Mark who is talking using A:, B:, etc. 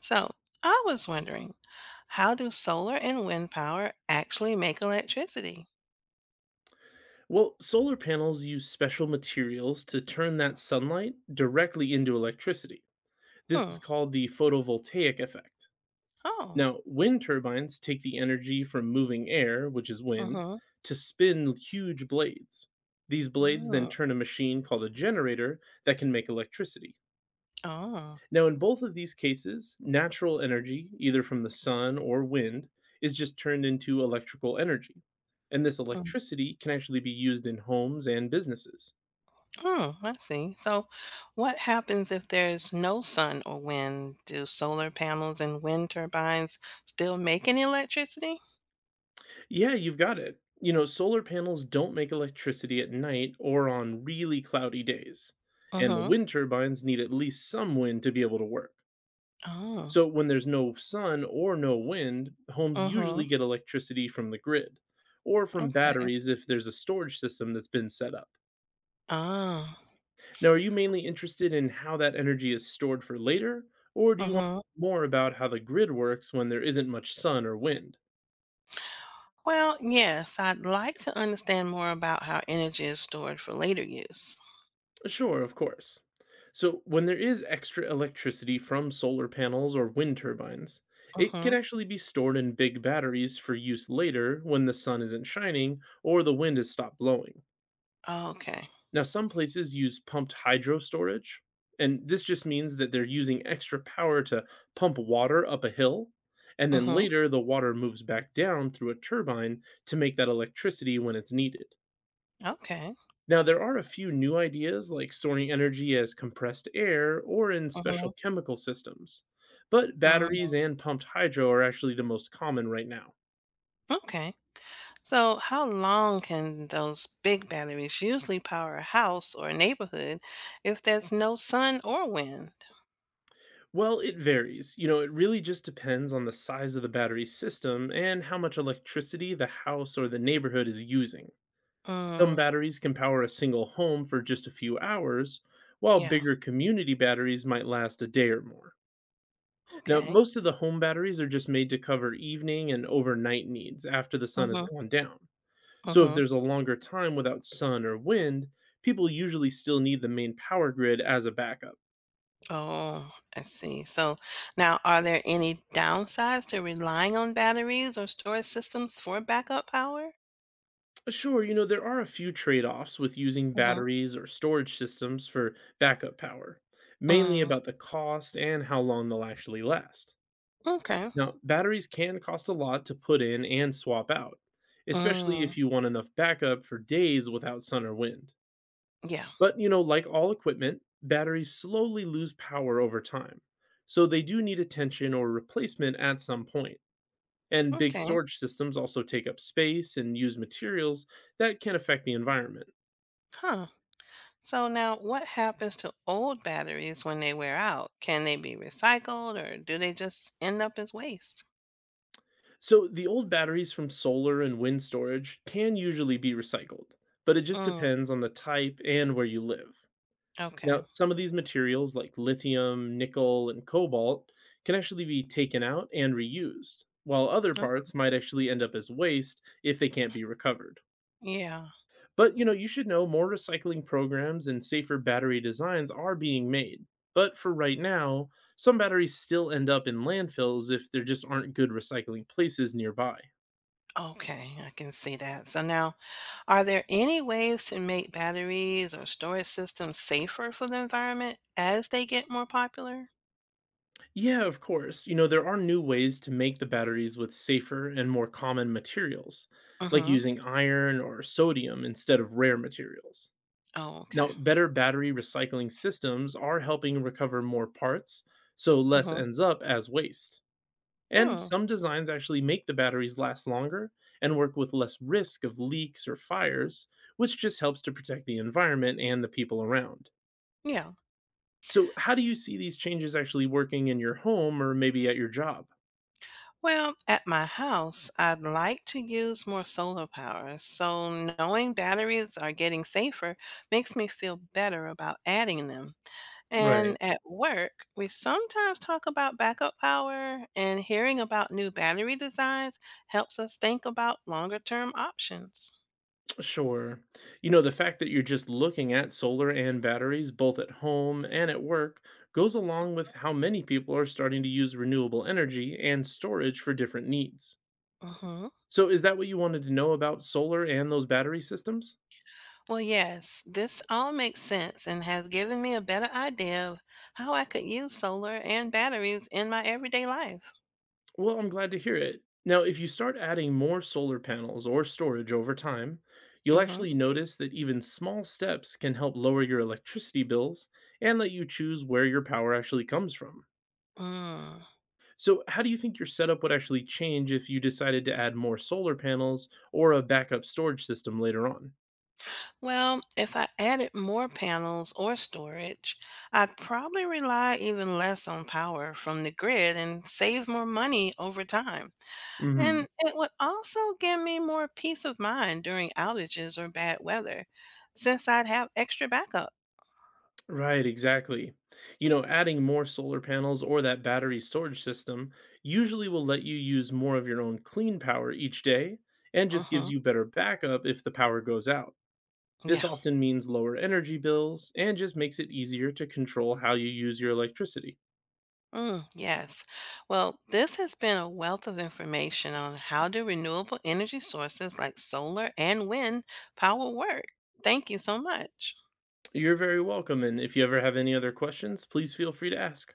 A: So I was wondering, how do solar and wind power actually make electricity?
B: Well, solar panels use special materials to turn that sunlight directly into electricity. This
A: Hmm.
B: is called the photovoltaic effect.
A: Oh.
B: Now, wind turbines take the energy from moving air, which is wind,
A: Mm-hmm.
B: to spin huge blades. These blades then
A: Mm.
B: turn a machine called a generator that can make electricity.
A: Oh.
B: Now, in both of these cases, natural energy, either from the sun or wind, is just turned into electrical energy. And this
A: Mm.
B: electricity can actually be used in homes and businesses.
A: Mm, I see. So, what happens if there's no sun or wind? Do solar panels and wind turbines still make any electricity?
B: Yeah, you've got it. Solar panels don't make electricity at night or on really cloudy days. And the
A: Mm-hmm.
B: wind turbines need at least some wind to be able to work. So
A: Oh.
B: when there's no sun or no wind, homes
A: Mm-hmm.
B: usually get electricity from the grid or from
A: Okay.
B: batteries if there's a storage system that's been set up.
A: Ah.
B: Now, are you mainly interested in how that energy is stored for later, or do you want
A: Mm-hmm.
B: more about how the grid works when there isn't much sun or wind?
A: Well, yes, I'd like to understand more about how energy is stored for later use.
B: Sure, of course. So, when there is extra electricity from solar panels or wind turbines, it can
A: Mm-hmm.
B: actually be stored in big batteries for use later when the sun isn't shining or the wind has stopped blowing.
A: Okay.
B: Now, some places use pumped hydro storage, and this just means that they're using extra power to pump water up a hill, and then
A: Mhm.
B: later the water moves back down through a turbine to make that electricity when it's needed.
A: Okay.
B: Now, there are a few new ideas like storing energy as compressed air or in
A: Mhm.
B: special chemical systems, but
A: Mm,
B: batteries and pumped hydro are actually the most common right now.
A: okay. So, how long can those big batteries usually power a house or a neighborhood if there's no sun or wind?
B: Well, it varies. It really just depends on the size of the battery system and how much electricity the house or the neighborhood is using. Some
A: Mm,
B: batteries can power a single home for just a few hours, while
A: yeah.
B: bigger community batteries might last a day or more. Now,
A: Okay.
B: most of the home batteries are just made to cover evening and overnight needs after the sun has
A: Mhm.
B: gone down. So, if
A: Mhm.
B: there's a longer time without sun or wind, people usually still need the main power grid as a backup.
A: Oh, I see. So, now are there any downsides to relying on batteries or storage systems for backup power?
B: Sure, there are a few trade offs with using
A: Mhm.
B: batteries or storage systems for backup power, mainly
A: Mm,
B: about the cost and how long they'll actually last.
A: okay.
B: Now, batteries can cost a lot to put in and swap out, especially
A: Mm,
B: if you want enough backup for days without sun or wind.
A: yeah.
B: But, like all equipment, batteries slowly lose power over time. So they do need attention or replacement at some point. And big
A: Okay.
B: storage systems also take up space and use materials that can affect the environment.
A: Huh. So now what happens to old batteries when they wear out? Can they be recycled or do they just end up as waste?
B: So the old batteries from solar and wind storage can usually be recycled, but it just
A: Mm,
B: depends on the type and where you live.
A: okay.
B: Now, some of these materials, like lithium, nickel, and cobalt, can actually be taken out and reused, while other
A: Oh,
B: parts might actually end up as waste if they can't be recovered.
A: yeah.
B: But, you should know more recycling programs and safer battery designs are being made. But for right now, some batteries still end up in landfills if there just aren't good recycling places nearby.
A: Okay, I can see that. So now, are there any ways to make batteries or storage systems safer for the environment as they get more popular?
B: Yeah, of course. There are new ways to make the batteries with safer and more common materials, like
A: Mm-hmm.
B: using iron or sodium instead of rare materials.
A: Oh, okay.
B: Now, better battery recycling systems are helping recover more parts, so less
A: Mm-hmm.
B: ends up as waste. And
A: Hmm.
B: some designs actually make the batteries last longer and work with less risk of leaks or fires, which just helps to protect the environment and the people around.
A: Yeah.
B: So, how do you see these changes actually working in your home or maybe at your job?
A: Well, at my house, I'd like to use more solar power, so knowing batteries are getting safer makes me feel better about adding them. And
B: Right.
A: at work, we sometimes talk about backup power, and hearing about new battery designs helps us think about longer term options.
B: Sure. The fact that you're just looking at solar and batteries, both at home and at work, goes along with how many people are starting to use renewable energy and storage for different needs.
A: Hmm.
B: So, is that what you wanted to know about solar and those battery systems?
A: Well, yes, this all makes sense and has given me a better idea of how I could use solar and batteries in my everyday life.
B: Well, I'm glad to hear it. Now, if you start adding more solar panels or storage over time, you'll
A: Hmm.
B: actually notice that even small steps can help lower your electricity bills and let you choose where your power actually comes from.
A: Mm.
B: So, how do you think your setup would actually change if you decided to add more solar panels or a backup storage system later on?
A: Well, if I added more panels or storage, I'd probably rely even less on power from the grid and save more money over time.
B: hmm
A: And it would also give me more peace of mind during outages or bad weather, since I'd have extra backup.
B: Right, exactly. Adding more solar panels or that battery storage system usually will let you use more of your own clean power each day and just gives
A: Hmm.
B: you better backup if the power goes out. This
A: Yeah.
B: often means lower energy bills and just makes it easier to control how you use your electricity.
A: Mm, yes. Well, this has been a wealth of information on how do renewable energy sources like solar and wind power work. Thank you so much.
B: You're very welcome, and if you ever have any other questions, please feel free to ask.